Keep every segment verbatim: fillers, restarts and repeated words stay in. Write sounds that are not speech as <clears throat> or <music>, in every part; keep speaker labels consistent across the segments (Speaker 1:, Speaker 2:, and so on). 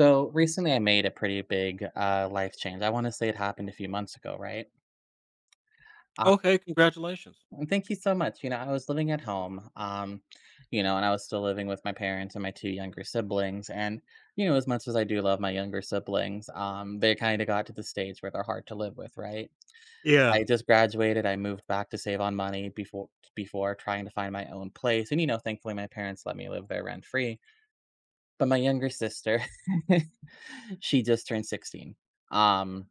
Speaker 1: So recently, I made a pretty big uh, life change. I want to say it happened a few months ago, right? Uh,
Speaker 2: Okay, congratulations.
Speaker 1: and thank you so much. You know, I was living at home, um, you know, and I was still living with my parents and my two younger siblings. And, you know, as much as I do love my younger siblings, um, they kind of got to the stage where they're hard to live with, right?
Speaker 2: Yeah.
Speaker 1: I just graduated. I moved back to save on money before before trying to find my own place. And, you know, thankfully, my parents let me live there rent free. But my younger sister, <laughs> she just turned sixteen. Um,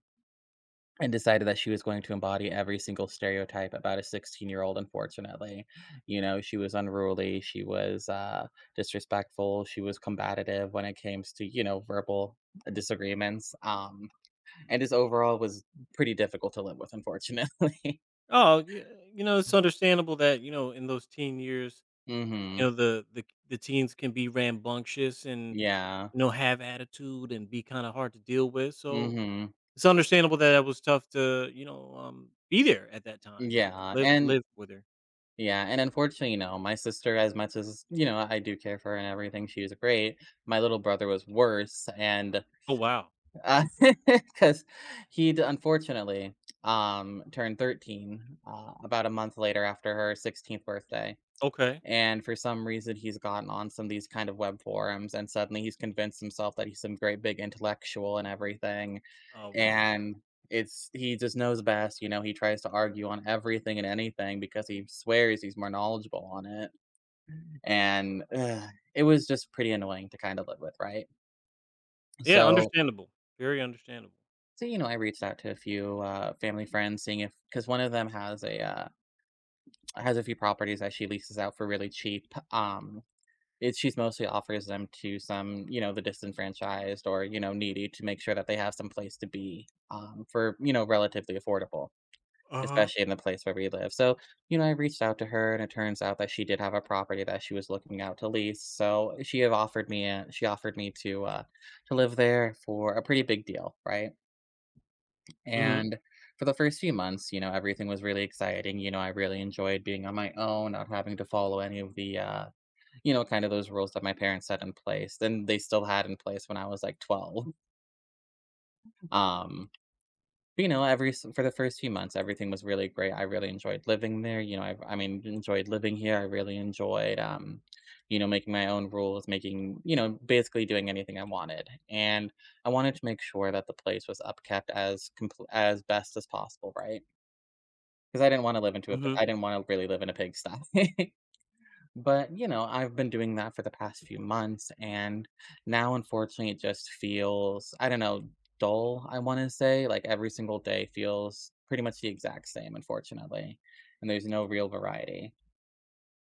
Speaker 1: and decided that she was going to embody every single stereotype about a sixteen-year-old, unfortunately. You know, she was unruly, she was, uh, disrespectful, she was combative when it came to, you know, verbal disagreements, um, and just overall was pretty difficult to live with, unfortunately. <laughs>
Speaker 2: Oh, yeah, you know, it's understandable that, you know, in those teen years, you know,
Speaker 1: Mhm.
Speaker 2: the the the teens can be rambunctious and,
Speaker 1: Yeah.
Speaker 2: you know, have attitude and be kind of hard to deal with. So,
Speaker 1: Mhm.
Speaker 2: it's understandable that it was tough to, you know, um be there at that time and
Speaker 1: Yeah,
Speaker 2: live
Speaker 1: and
Speaker 2: live with her.
Speaker 1: yeah, and unfortunately, you know, my sister, as much as, you know, I do care for her and everything, she was great, my little brother was worse, and
Speaker 2: Oh, wow.
Speaker 1: Uh, <laughs> Because 'cause he'd unfortunately, um, turned thirteen, uh, about a month later after her sixteenth birthday,
Speaker 2: Okay.
Speaker 1: and for some reason, he's gotten on some of these kind of web forums, and suddenly he's convinced himself that he's some great big intellectual and everything,
Speaker 2: Oh, wow.
Speaker 1: and it's he just knows best, you know, he tries to argue on everything and anything because he swears he's more knowledgeable on it, and ugh, it was just pretty annoying to kinda live with, right?
Speaker 2: Yeah,
Speaker 1: So
Speaker 2: understandable. Very understandable.
Speaker 1: So, you know, I reached out to a few uh, family friends, seeing if because one of them has a uh, has a few properties that she leases out for really cheap. Um, it, she's mostly offers them to some, you know, the disenfranchised or you know needy to make sure that they have some place to be um, for you know relatively affordable,
Speaker 2: Uh-huh.
Speaker 1: especially in the place where we live. So, you know, I reached out to her, and it turns out that she did have a property that she was looking out to lease. So she have offered me a, she offered me to uh, to live there for a pretty big deal, right?
Speaker 2: Mhm.
Speaker 1: And for the first few months, you know, everything was really exciting. You know, I really enjoyed being on my own, not having to follow any of the, uh, you know, kind of those rules that my parents set in place. And they still had in place when I was like twelve. <laughs> Um, but, you know, every s- for the first few months, everything was really great. I really enjoyed living there. You know, I, I mean, enjoyed living here. I really enjoyed, um, you know, making my own rules, making, you know, basically doing anything I wanted. And I wanted to make sure that the place was upkept as compl- as best as possible, right? 'Cause I didn't wanna live into a, p
Speaker 2: Mhm.
Speaker 1: I didn't wanna really live in a pigsty. <laughs> But, you know, I've been doing that for the past few months, and now, unfortunately, it just feels, I don't know, dull, I wanna say, like, every single day feels pretty much the exact same, unfortunately, and there's no real variety.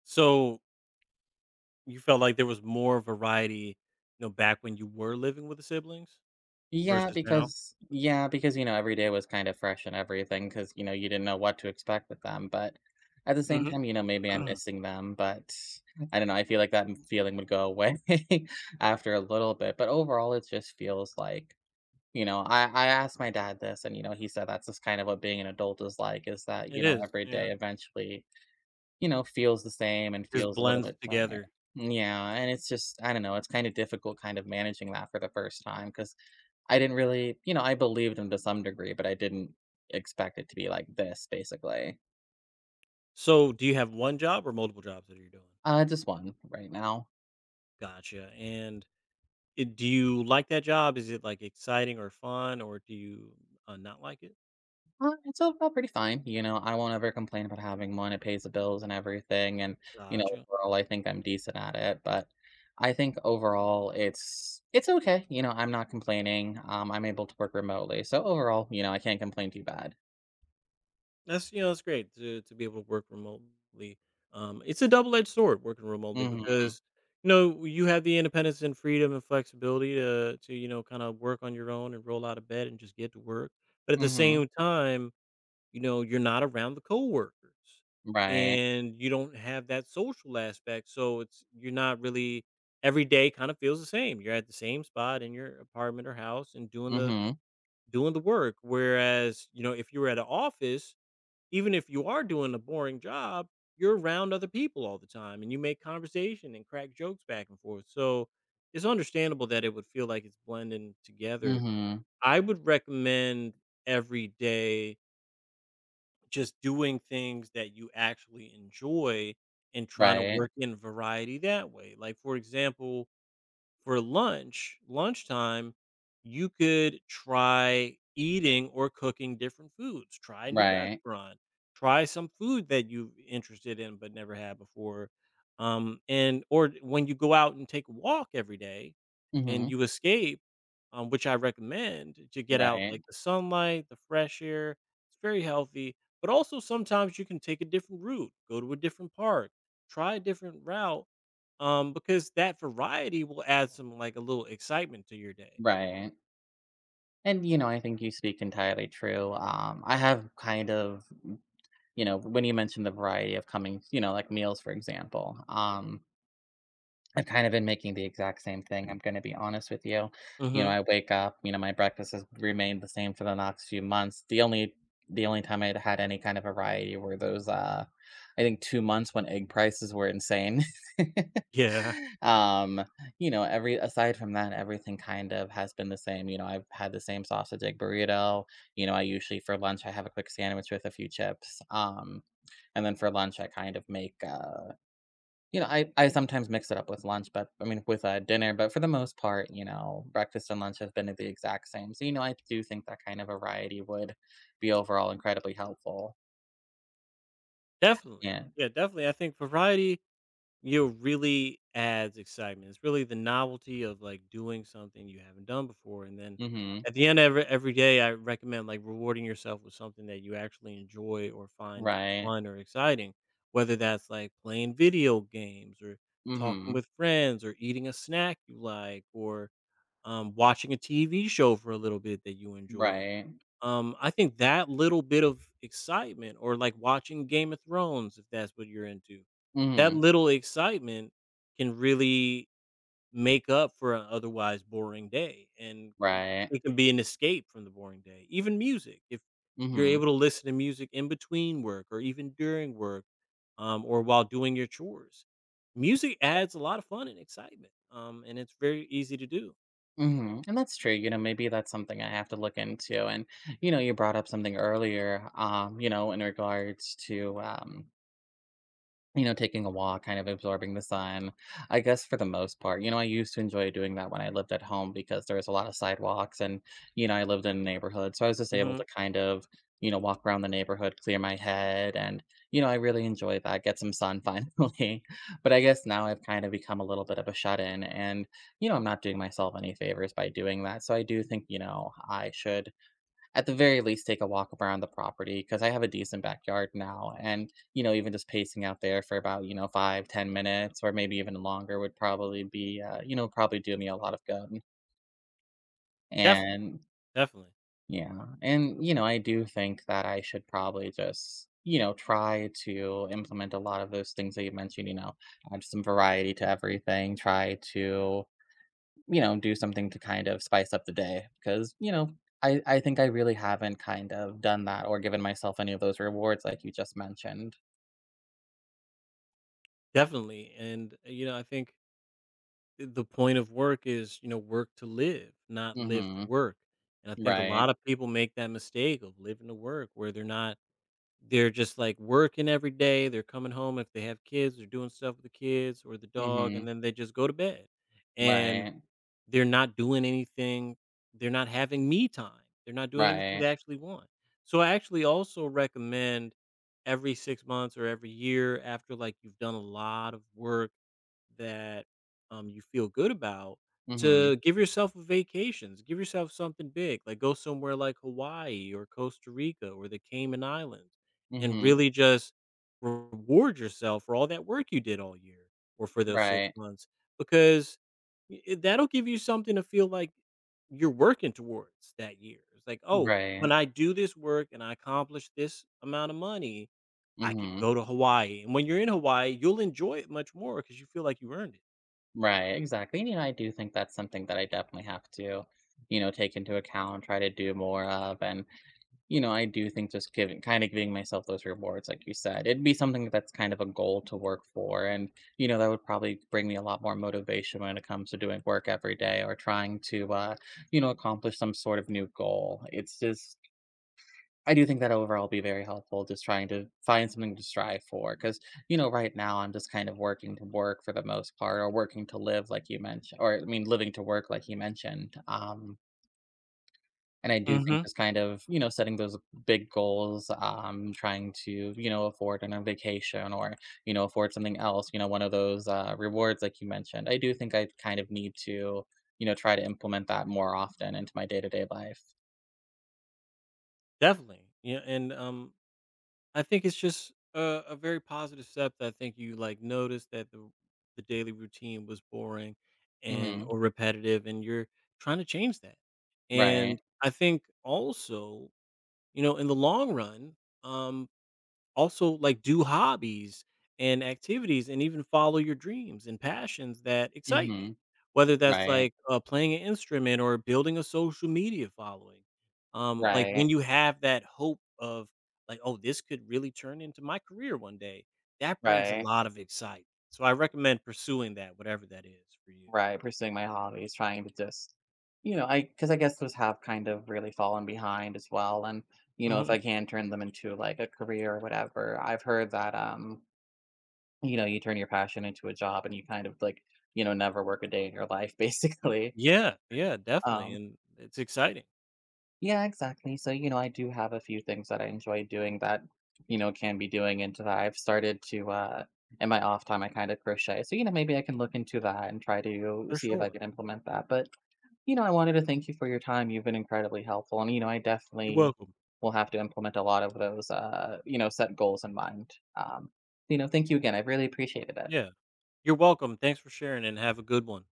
Speaker 2: So, you felt like there was more variety, you know, back when you were living with the siblings?
Speaker 1: Yeah,
Speaker 2: Versus now?
Speaker 1: because yeah, because, you know, every day was kind of fresh and everything, because you know, you didn't know what to expect with them, but at the same
Speaker 2: Mhm.
Speaker 1: time, you know, maybe I'm
Speaker 2: <clears throat>
Speaker 1: missing them, but I don't know, I feel like that m feeling would go away <laughs> after a little bit, but overall, it just feels like you know, I I asked my dad this and, you know, he said that's just kind of what being an adult is like, is that, you
Speaker 2: It
Speaker 1: know,
Speaker 2: is,
Speaker 1: every day
Speaker 2: yeah.
Speaker 1: eventually, you know, feels the same and
Speaker 2: It just
Speaker 1: feels a little
Speaker 2: blends
Speaker 1: bit tired.
Speaker 2: together.
Speaker 1: Yeah, and it's just I don't know, it's kind of difficult kind of managing that for the first time because. I didn't really you know, I believed him to some degree, but I didn't expect it to be like this, basically.
Speaker 2: So, do you have one job or multiple jobs that you're doing?
Speaker 1: Uh, just one right now.
Speaker 2: Gotcha, and it do you like that job? Is it, like, exciting or fun, or do you, uh, not like it?
Speaker 1: Uh, it's overall pretty fine, you know, I won't ever complain about having one, it pays the bills and everything, and, you know,
Speaker 2: Gotcha.
Speaker 1: overall, I think I'm decent at it, but I think overall it's it's okay, you know, I'm not complaining, um, I'm able to work remotely, so overall, you know, I can't complain too bad.
Speaker 2: That's you know, that's great to to be able to work remotely. Um, it's a double-edged sword working remotely
Speaker 1: Mhm,
Speaker 2: because, you know, you have the independence and freedom and flexibility to to, you know, kinda work on your own and roll out of bed and just get to work. But at the
Speaker 1: mhm,
Speaker 2: same time, You know, you're not around the coworkers,
Speaker 1: right.
Speaker 2: and you don't have that social aspect. So it's you're not really every day kind of feels the same. You're at the same spot in your apartment or house and doing the
Speaker 1: Mhm,
Speaker 2: doing the work. Whereas, you know, if you were at an office, even if you are doing a boring job, you're around other people all the time and you make conversation and crack jokes back and forth. So it's understandable that it would feel like it's blending together.
Speaker 1: mhm,
Speaker 2: I would recommend every day just doing things that you actually enjoy and trying to
Speaker 1: right,
Speaker 2: work in variety that way. Like, for example, for lunch, lunchtime, you could try eating or cooking different foods. Try a new
Speaker 1: right.
Speaker 2: restaurant. Try some food that you're interested in but never had before. Um, and or when you go out and take a walk every day, and
Speaker 1: Mhm,
Speaker 2: you escape, um, which I recommend to get out
Speaker 1: right,
Speaker 2: like the sunlight, the fresh air. It's very healthy. But also sometimes you can take a different route, go to a different park, try a different route um, because that variety will add some like a little excitement to your day.
Speaker 1: right. And you know, I think you speak entirely true. Um, I have kind of, you know, when you mentioned the variety of coming, you know, like meals, for example. Um, I've kind of been making the exact same thing, I'm gonna be honest with you. You know,
Speaker 2: Hmm.
Speaker 1: I wake up, you know, my breakfast has remained the same for the last few months. The only the only time I'd had any kind of variety were those, uh, I think two months when egg prices were insane. <laughs>
Speaker 2: Yeah.
Speaker 1: Um, you know, every aside from that, everything kind of has been the same, you know, I've had the same sausage egg burrito, you know, I usually for lunch, I have a quick sandwich with a few chips, um, and then for lunch, I kind of make, uh you know, I I sometimes mix it up with lunch, but I mean, with, uh, dinner, but for the most part, you know, breakfast and lunch have been the exact same. So, you know, I do think that kind of variety would be overall incredibly helpful.
Speaker 2: Definitely,
Speaker 1: Yeah.
Speaker 2: yeah, definitely. I think variety you know, really adds excitement. It's really the novelty of like doing something you haven't done before, and then
Speaker 1: Mhm.
Speaker 2: at the end of every, every day, I recommend like rewarding yourself with something that you actually enjoy or find
Speaker 1: Right.
Speaker 2: fun or exciting, whether that's like playing video games or talking
Speaker 1: Mhm.
Speaker 2: with friends or eating a snack you like or um, watching a T V show for a little bit that you enjoy.
Speaker 1: Right.
Speaker 2: Um, I think that little bit of excitement, or like watching Game of Thrones, if that's what you're into, that
Speaker 1: Mhm.
Speaker 2: little excitement can really make up for an otherwise boring day. And
Speaker 1: Right.
Speaker 2: it can be an escape from the boring day. Even music, if you're
Speaker 1: Mhm.
Speaker 2: able to listen to music in between work or even during work um, or while doing your chores, music adds a lot of fun and excitement. Um, and it's very easy to do.
Speaker 1: Mhm. And that's true, you know, maybe that's something I have to look into, and, you know, you brought up something earlier, um, you know, in regards to, um you know, taking a walk, kind of absorbing the sun. I guess for the most part, you know, I used to enjoy doing that when I lived at home because there was a lot of sidewalks and, you know, I lived in a neighborhood. So I was just able
Speaker 2: Mm-hmm.
Speaker 1: to kind of, you know, walk around the neighborhood, clear my head. And, you know, I really enjoy that, get some sun <laughs> finally. But I guess now I've kind of become a little bit of a shut in and, you know, I'm not doing myself any favors by doing that. So I do think, you know, I should at the very least take a walk around the property because I have a decent backyard now, and, you know, even just pacing out there for about, you know, five, ten minutes or maybe even longer would probably be, uh, you know, probably do me a lot of good.
Speaker 2: Def
Speaker 1: And
Speaker 2: definitely,
Speaker 1: yeah, and, you know, I do think that I should probably just, you know, try to implement a lot of those things that you mentioned, you know, add some variety to everything, try to you know, do something to kind of spice up the day because, you know, I, I think I really haven't kind of done that or given myself any of those rewards like you just mentioned.
Speaker 2: definitely, and, uh, you know, I think the point of work is, you know, work to live, not live to
Speaker 1: Mm-hmm.
Speaker 2: work, and I think a
Speaker 1: Right.
Speaker 2: lot of people make that mistake of living to work where they're not they're just, like, working every day, they're coming home if they have kids, they're doing stuff with the kids or the dog,
Speaker 1: Mm-hmm.
Speaker 2: and then they just go to bed, and
Speaker 1: Right.
Speaker 2: they're not doing anything. They're not having me time. They're not doing anything they
Speaker 1: Right.
Speaker 2: actually want. So I actually also recommend every six months or every year after like you've done a lot of work that, um, you feel good about
Speaker 1: Mm-hmm.
Speaker 2: to give yourself vacations, give yourself something big, like go somewhere like Hawaii or Costa Rica or the Cayman Islands and
Speaker 1: Mm-hmm.
Speaker 2: really just reward yourself for all that work you did all year or for those six
Speaker 1: Right.
Speaker 2: months because i i that'll give you something to feel like you're working towards that year. It's like, "Oh, when
Speaker 1: Right.
Speaker 2: I do this work and I accomplish this amount of money, I can
Speaker 1: Mm-hmm.
Speaker 2: go to Hawaii, and when you're in Hawaii, you'll enjoy it much more because you feel like you earned it."
Speaker 1: Right. Exactly. And, you know, I do think that's something that I definitely have to, you know, take into account, try to do more of. And you know, I do think just giving kinda giving myself those rewards, like you said, it'd be something that's kind of a goal to work for, and, you know, that would probably bring me a lot more motivation when it comes to doing work every day or trying to, uh, you know, accomplish some sort of new goal. It's just I do think that overall be very helpful just trying to find something to strive for because you know, right now, I'm just kind of working to work for the most part or working to live like you mentioned, or I mean, living to work like you mentioned, um, and I do think
Speaker 2: Mhm.
Speaker 1: just kind of, you know, setting those big goals, um, trying to, you know, afford on a vacation or, you know, afford something else, you know, one of those uh, rewards like you mentioned. I do think I kind of need to, you know, try to implement that more often into my day to day life.
Speaker 2: Definitely, yeah, and, um, I think it's just a a very positive step that I think you, like, noticed that the the daily routine was boring and
Speaker 1: Hmm.
Speaker 2: or repetitive, and you're trying to change that,
Speaker 1: Right.
Speaker 2: and I think also, you know, in the long run, um also like do hobbies and activities and even follow your dreams and passions that excite you,
Speaker 1: Hmm.
Speaker 2: whether that's
Speaker 1: Right.
Speaker 2: like uh, playing an instrument or building a social media following. Um like when
Speaker 1: Right.
Speaker 2: you have that hope of like, oh, this could really turn into my career one day, that brings a
Speaker 1: Right.
Speaker 2: lot of excitement, so I recommend pursuing that, whatever that is for you.
Speaker 1: Right, pursuing my hobbies, trying to just you know, I because I guess those have kind of really fallen behind as well, and, you know, if
Speaker 2: Hmm.
Speaker 1: I can turn them into, like, a career or whatever, I've heard that, um, you know, you turn your passion into a job and you kind of, like, you know, never work a day in your life, <laughs> basically.
Speaker 2: Yeah, yeah, definitely,
Speaker 1: Um
Speaker 2: and it's exciting.
Speaker 1: Yeah, exactly, so, you know, I do have a few things that I enjoy doing that, you know, can be doing into that. I've started to, uh in my off time, I kinda crochet, so, you know, maybe I can look into that and try to
Speaker 2: For
Speaker 1: see if I
Speaker 2: sure.
Speaker 1: can implement that, but you know, I wanted to thank you for your time. You've been incredibly helpful. And, you know, I
Speaker 2: You're
Speaker 1: definitely
Speaker 2: welcome.
Speaker 1: will have to implement a lot of those, uh, you know, set goals in mind. Um, you know, thank you again. I really appreciated it.
Speaker 2: Yeah, you're welcome, thanks for sharing and have a good one.